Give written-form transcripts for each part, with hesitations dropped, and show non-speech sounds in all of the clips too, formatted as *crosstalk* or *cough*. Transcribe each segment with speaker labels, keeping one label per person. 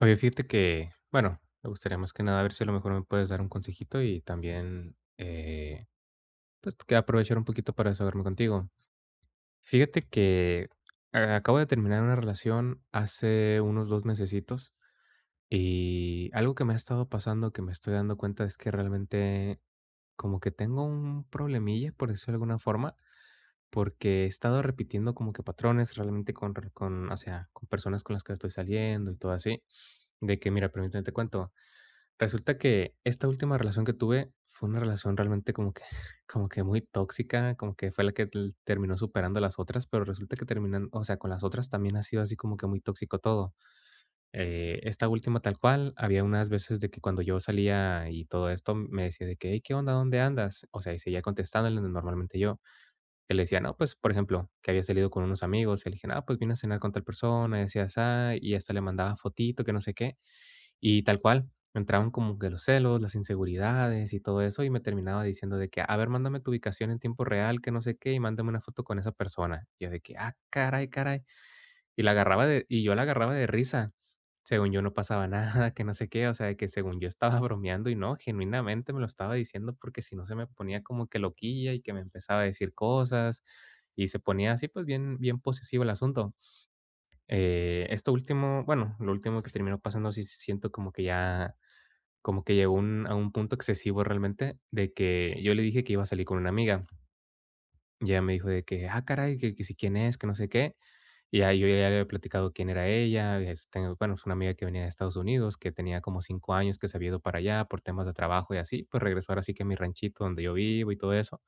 Speaker 1: Oye, fíjate que, bueno, me gustaría más que nada ver si a lo mejor me puedes dar un consejito y también, pues, que aprovechar un poquito para desahogarme contigo. Fíjate que acabo de terminar una relación hace unos 2 mesecitos y algo que me ha estado pasando, que me estoy dando cuenta es que realmente como que tengo un problemilla, por decirlo de alguna forma, porque he estado repitiendo como que patrones realmente con, o sea, con personas con las que estoy saliendo y todo así, de que, mira, permíteme te cuento. Resulta que esta última relación que tuve fue una relación realmente como que *laughs* como que muy tóxica, como que fue la que tel terminó superando a las otras, pero resulta que terminan o sea, con las otras también ha sido así como que muy tóxico todo. Esta última tal cual, había unas veces de que cuando yo salía y todo esto, me decía de que: "Hey, ¿qué onda? ¿Dónde andas?". O sea, y seguía contestándole normalmente yo, que le decía, no, pues, por ejemplo, que había salido con unos amigos, y le dije: "Ah, pues, vine a cenar con tal persona", y así y hasta le mandaba fotito, que no sé qué. Y tal cual, entraban como que los celos, las inseguridades y todo eso, y me terminaba diciendo de que, a ver, mándame tu ubicación en tiempo real, que no sé qué, y mándame una foto con esa persona. Y yo de que, ah, caray, caray. Y yo la agarraba de risa. Según yo no pasaba *laughs* nada, que no sé qué, o sea, de que según yo estaba bromeando y no, genuinamente me lo estaba diciendo porque si no se me ponía como que loquilla y que me empezaba a decir cosas y se ponía así pues bien, bien posesivo el asunto. Esto último, bueno, lo último que terminó pasando sí siento como que ya como que llegó un punto excesivo realmente, de que yo le dije que iba a salir con una amiga, y ella me dijo de que: "Ah, caray, que si quién es, que no sé qué", y yo ya le había platicado quién era ella, este, bueno, es una amiga que venía de Estados Unidos, que tenía como 5 años, que se había ido para allá por temas de trabajo y así, pues regresó ahora sí que a mi ranchito donde yo vivo y todo eso.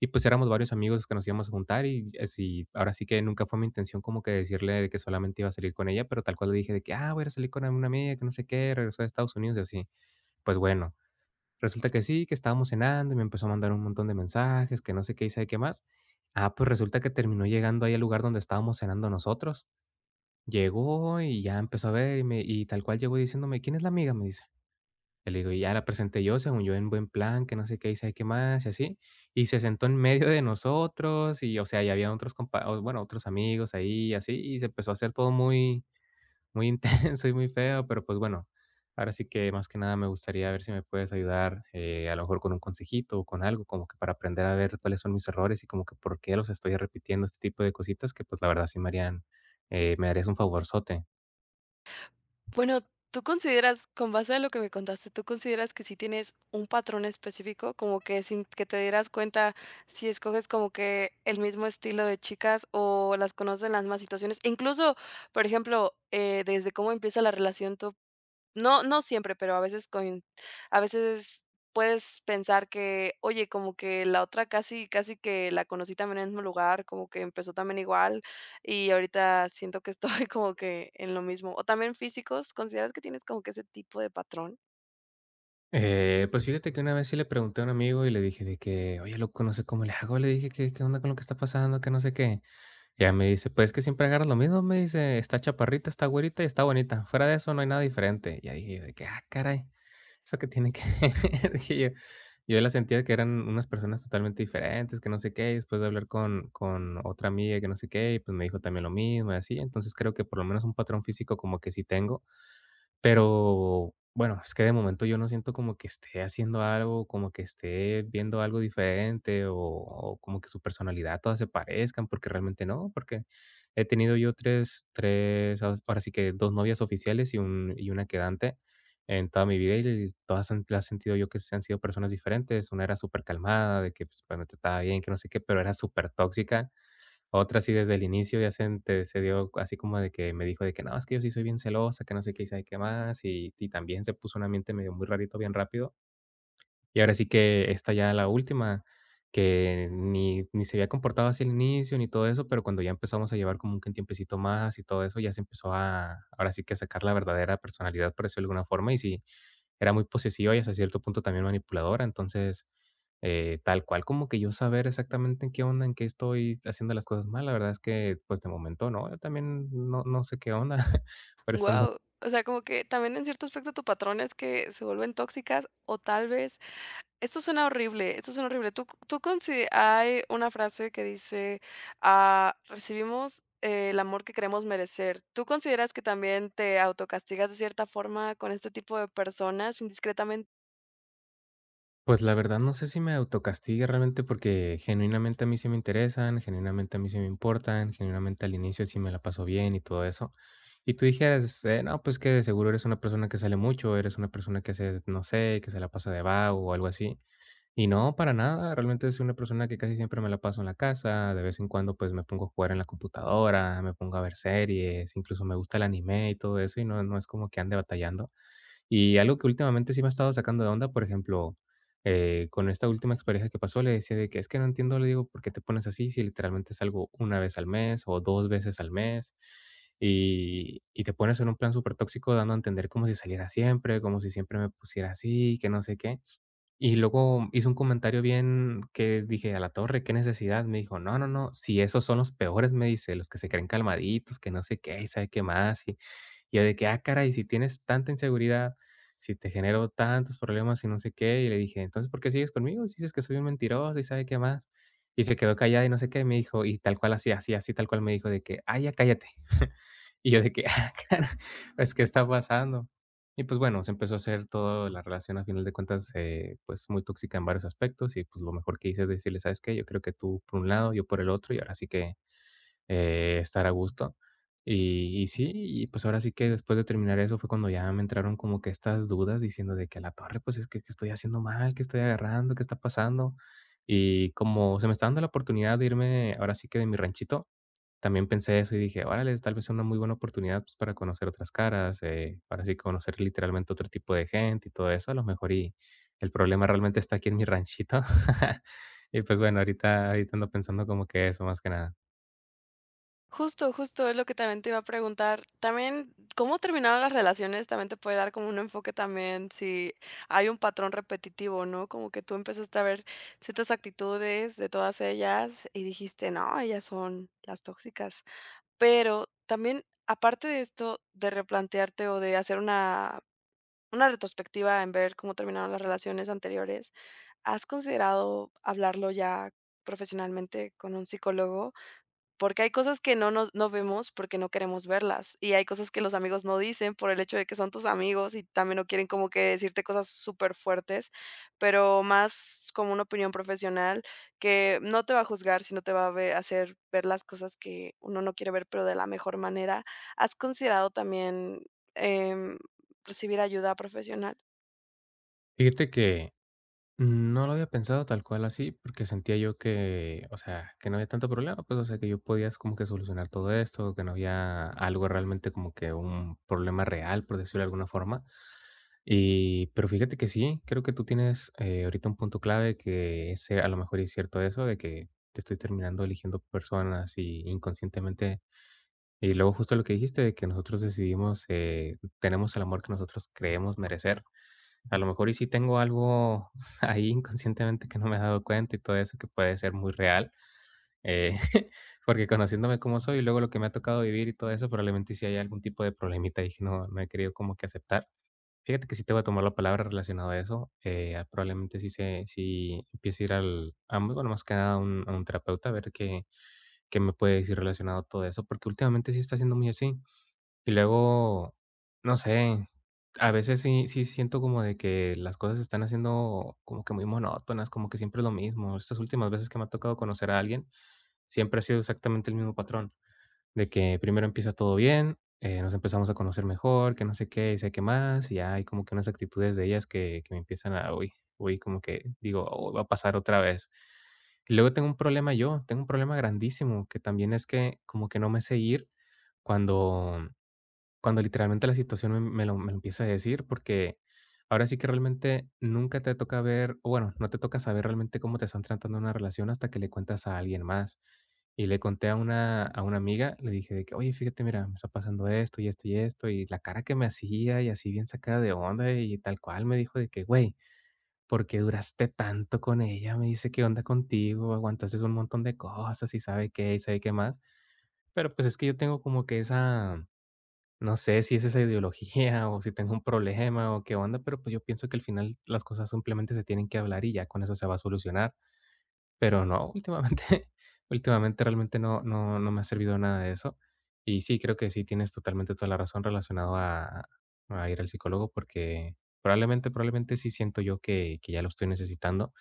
Speaker 1: Y pues éramos varios amigos que nos íbamos a juntar y así, ahora sí que nunca fue mi intención como que decirle de que solamente iba a salir con ella, pero tal cual le dije de que: "Ah, voy a ir a salir con una amiga que no sé qué, regresó de Estados Unidos", y así. Pues bueno, resulta que sí, que estábamos cenando y me empezó a mandar un montón de mensajes, que no sé qué y sabe qué más. Ah, pues resulta que terminó llegando ahí al lugar donde estábamos cenando nosotros. Llegó y ya empezó a ver y tal cual llegó diciéndome, "¿quién es la amiga?", me dice. Yo le digo, y ya la presenté yo, según yo, en buen plan, que no sé qué y sabe qué más y así. Y se sentó en medio de nosotros y, o sea, ya había bueno, otros amigos ahí y así. Y se empezó a hacer todo muy, muy intenso y muy feo, pero pues bueno, ahora sí que más que nada me gustaría ver si me puedes ayudar, a lo mejor con un consejito o con algo, como que para aprender a ver cuáles son mis errores y como que por qué los estoy repitiendo, este tipo de cositas que pues la verdad sí me harían, me harías un favorzote.
Speaker 2: Bueno, ¿tú consideras, con base a lo que me contaste, tú consideras que sí tienes un patrón específico, como que sin que te dieras cuenta si escoges como que el mismo estilo de chicas o las conoces en las mismas situaciones? E incluso, por ejemplo, desde cómo empieza la relación, ¿tú no siempre, pero a veces coin a veces puedes pensar que, oye, como que la otra casi casi que la conocí también en el mismo lugar, como que empezó también igual, y ahorita siento que estoy *laughs* como que en lo mismo. O también físicos, ¿consideras que tienes como que ese tipo de patrón?
Speaker 1: Pues fíjate que una vez sí le pregunté a un amigo y le dije de que, oye, loco, no sé cómo le hago, le dije que qué onda con lo que está pasando, que no sé qué. Ya me dice, pues es que siempre agarras lo mismo, me dice, está chaparrita, está güerita y está bonita. Fuera de eso no hay nada diferente. Ya dije yo de que, ah, caray, eso que tiene que ver. *laughs* Dije yo, yo la sentía que eran unas personas totalmente diferentes, que no sé qué. Y después de hablar con otra amiga que no sé qué, y pues me dijo también lo mismo y así. Entonces creo que por lo menos un patrón físico como que sí tengo. Pero bueno, es que de momento yo no siento como que esté haciendo algo, como que esté viendo algo diferente o como que su personalidad todas se parezcan, porque realmente no, porque he tenido yo ahora ahora sí que dos novias oficiales y una quedante en toda mi vida, y todas las he sentido yo que se han sido personas diferentes. Una era súper calmada, de que pues, me trataba bien, que no sé qué, pero era súper tóxica. Otra sí desde el inicio ya se dio así como de que me dijo de que: "No, es que yo sí soy bien celosa, que no sé qué y sabe qué más", y también se puso un ambiente medio muy rarito bien rápido. Y ahora sí que esta ya la última, que ni se había comportado así al inicio ni todo eso, pero cuando ya empezamos a llevar como un tiempecito más y todo eso, ya se empezó a ahora sí que a sacar la verdadera personalidad, por decirlo de alguna forma, y sí, era muy posesiva y hasta cierto punto también manipuladora. Entonces, tal cual, como que yo saber exactamente en qué onda, en qué estoy haciendo las cosas mal, la verdad es que, pues, de momento no, yo también no sé qué onda, *laughs* por eso no.
Speaker 2: Wow, o sea, como que también en cierto aspecto tu patrón es que se vuelven tóxicas o tal vez... Esto suena horrible, esto suena horrible. Tú hay una frase que dice, ah, recibimos el amor que queremos merecer. ¿Tú consideras que también te autocastigas de cierta forma con este tipo de personas indiscretamente?
Speaker 1: Pues, la verdad no sé si me autocastigue realmente, porque genuinamente a mí sí me interesan, genuinamente a mí sí me importan, genuinamente al inicio sí me la paso bien y todo eso. Y tú dijeras, no, pues que de seguro eres una persona que sale mucho, eres una persona no sé, que se la pasa de vago o algo así. Y no, para nada. Realmente es una persona que casi siempre me la paso en la casa. De vez en cuando, pues me pongo a jugar en la computadora, me pongo a ver series, incluso me gusta el anime y todo eso, y no, no es como que ande batallando. Y algo que últimamente sí me ha estado sacando de onda, por ejemplo, con esta última experiencia que pasó, le decía de que es que no entiendo, le digo, ¿por qué te pones así si literalmente es algo 1 vez al mes o 2 veces al mes? Y te pones en un plan súper tóxico dando a entender como si saliera siempre, como si siempre me pusiera así, que no sé qué. Y luego hizo un comentario bien que dije: "A la torre, qué necesidad". Me dijo: "No, no, no, si esos son los peores", me dice, "los que se creen calmaditos, que no sé qué, y sabe qué más". Y yo de que: "Ah, caray, si tienes tanta inseguridad, si te genero tantos problemas y no sé qué". Y le dije: "Entonces, ¿por qué sigues conmigo? Si dices que soy un mentiroso y sabe qué más". Y se quedó callada y no sé qué, y me dijo y tal cual así así así tal cual me dijo de que: "Ah, ya cállate". *laughs* Y yo de que, *laughs* ah, cara, pues, ¿qué está pasando? Y pues bueno, se empezó a hacer toda la relación a final de cuentas, pues muy tóxica en varios aspectos y pues lo mejor que hice es decirle, ¿sabes qué? Yo creo que tú por un lado, yo por el otro y ahora sí que estar a gusto. Y sí, y pues ahora sí que después de terminar eso fue cuando ya me entraron como que estas dudas diciendo de que a la torre, pues es que estoy haciendo mal, que estoy agarrando, qué está pasando. Y como se me está dando la oportunidad de irme ahora sí que de mi ranchito, también pensé eso y dije, órale, tal vez sea una muy buena oportunidad pues, para conocer otras caras, ahora sí conocer literalmente otro tipo de gente y todo eso, a lo mejor y el problema realmente está aquí en mi ranchito. *laughs* Y pues bueno, ahorita, ahorita ando pensando como que eso más que nada.
Speaker 2: Justo, justo es lo que también te iba a preguntar. También, ¿cómo terminaron las relaciones? También te puede dar como un enfoque también si hay un patrón repetitivo, ¿no? Como que tú empezaste a ver ciertas actitudes de todas ellas y dijiste, no, ellas son las tóxicas. Pero también, aparte de esto, de replantearte o de hacer una retrospectiva en ver cómo terminaron las relaciones anteriores, ¿has considerado hablarlo ya profesionalmente con un psicólogo? Porque hay cosas que no vemos porque no queremos verlas, y hay cosas que los amigos no dicen por el hecho de que son tus amigos y también no quieren como que decirte cosas súper fuertes, pero más como una opinión profesional que no te va a juzgar, sino te va a ve hacer ver las cosas que uno no quiere ver, pero de la mejor manera. ¿Has considerado también, em, recibir ayuda profesional?
Speaker 1: Fíjate que no lo había pensado tal cual así, porque sentía yo que, o sea, que no había tanto problema, pues, o sea, que yo podía como que solucionar todo esto, que no había algo realmente como que un problema real, por decirlo de alguna forma. Y, pero fíjate que sí, creo que tú tienes ahorita un punto clave que es, a lo mejor es cierto eso, de que te estoy terminando eligiendo personas y inconscientemente. Y luego justo lo que dijiste, de que nosotros decidimos, tenemos el amor que nosotros creemos merecer. A lo mejor y sí tengo algo *laughs* ahí inconscientemente que no me he dado cuenta y todo eso que puede ser muy real, eh, *laughs* porque conociéndome como soy y luego lo que me ha tocado vivir y todo eso, probablemente sí hay algún tipo de problemita y que no he querido como que aceptar. Fíjate que sí te voy a tomar la palabra relacionado a eso. Probablemente sí, sí empiece a ir al, a, bueno, más que nada a un, a un terapeuta a ver qué, qué me puede decir relacionado a todo eso, porque últimamente sí está siendo muy así. Y luego, no sé, a veces sí siento como de que las cosas se están haciendo como que muy monótonas, como que siempre es lo mismo. Estas últimas veces que me ha tocado conocer a alguien, siempre ha sido exactamente el mismo patrón, de que primero empieza todo bien, nos empezamos a conocer mejor, que no sé qué, y sé qué más, y ya hay como que unas actitudes de ellas que me empiezan a, uy, uy, como que digo: "Oh, va a pasar otra vez". Y luego tengo un problema yo, tengo un problema grandísimo, que también es que como que no me sé ir cuando cuando literalmente la situación me lo empieza a decir, porque ahora sí que realmente nunca te toca ver, o bueno, no te toca saber realmente cómo te están tratando en una relación hasta que le cuentas a alguien más. Y le conté a una amiga, le dije de que: "Oye, fíjate, mira, me está pasando esto, y esto, y esto", y la cara que me hacía, y así bien sacada de onda, y tal cual me dijo de que: "Güey, ¿por qué duraste tanto con ella?", me dice: "¿Qué onda contigo? Aguantaste un montón de cosas, y sabe qué más". Pero, pues, es que yo tengo como que esa, no sé si es esa ideología o si tengo un problema o qué onda, pero pues yo pienso que al final las cosas simplemente se tienen que hablar y ya con eso se va a solucionar. Pero no, últimamente *laughs* últimamente realmente no me ha servido nada de eso. Y sí, creo que sí tienes totalmente toda la razón relacionado a ir al psicólogo, porque probablemente sí siento yo que ya lo estoy necesitando.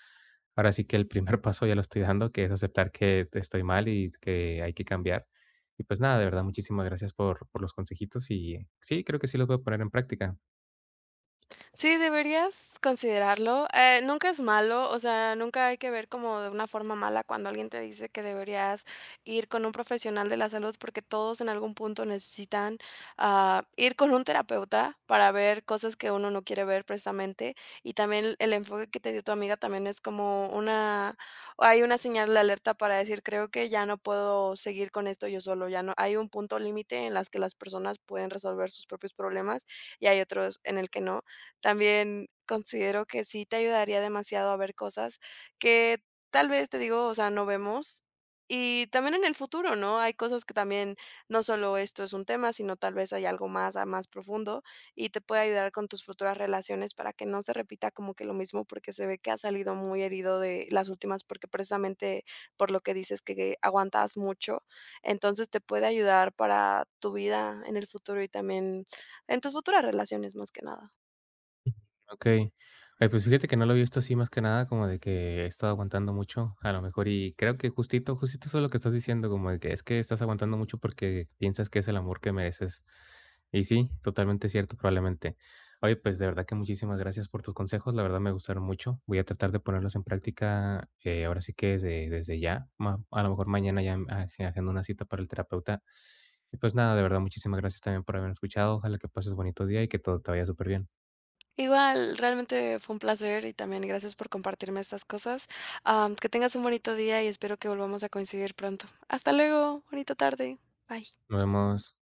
Speaker 1: Ahora sí que el primer *laughs* paso ya lo estoy dando, que es aceptar que estoy mal y que hay que cambiar. Y pues nada, de verdad, muchísimas gracias por los consejitos y sí, creo que sí los voy a poner en práctica.
Speaker 2: Sí, deberías considerarlo. Nunca es malo, o sea, nunca hay que ver como de una forma mala cuando alguien te dice que deberías ir con un profesional de la salud, porque todos en algún punto necesitan ir con un terapeuta para ver cosas que uno no quiere ver precisamente. Y también el enfoque que te dio tu amiga también es como una... hay una señal de alerta para decir, creo que ya no puedo seguir con esto yo solo, ya no, hay un punto límite en las que las personas pueden resolver sus propios problemas y hay otros en el que no. También considero que sí te ayudaría demasiado a ver cosas que tal vez, te digo, o sea, no vemos. Y también en el futuro, ¿no? Hay cosas que también, no solo esto es un tema, sino tal vez hay algo más, ah, más profundo y te puede ayudar con tus futuras relaciones para que no se repita como que lo mismo, porque se ve que has salido muy herido de las últimas, porque precisamente por lo que dices que aguantas mucho, entonces te puede ayudar para tu vida en el futuro y también en tus futuras relaciones más que nada.
Speaker 1: Okey. Ay, pues fíjate que no lo he visto así, más que nada como de que he estado aguantando mucho, a lo mejor y creo que justito justito eso es lo que estás diciendo, como de que es que estás aguantando mucho porque piensas que es el amor que mereces. Y sí, totalmente cierto, probablemente. Oye, pues de verdad que muchísimas gracias por tus consejos, la verdad me gustaron mucho. Voy a tratar de ponerlos en práctica, ahora sí que desde ya, ma a lo mejor mañana ya aje agendo una cita para el terapeuta. Y pues nada, de verdad, muchísimas gracias también por haberme escuchado. Ojalá que pases bonito día y que todo te vaya súper bien.
Speaker 2: Igual, realmente fue un placer y también gracias por compartirme estas cosas. Am, que tengas un bonito día y espero que volvamos a coincidir pronto. Hasta luego, bonita tarde. Bye.
Speaker 1: Nos vemos.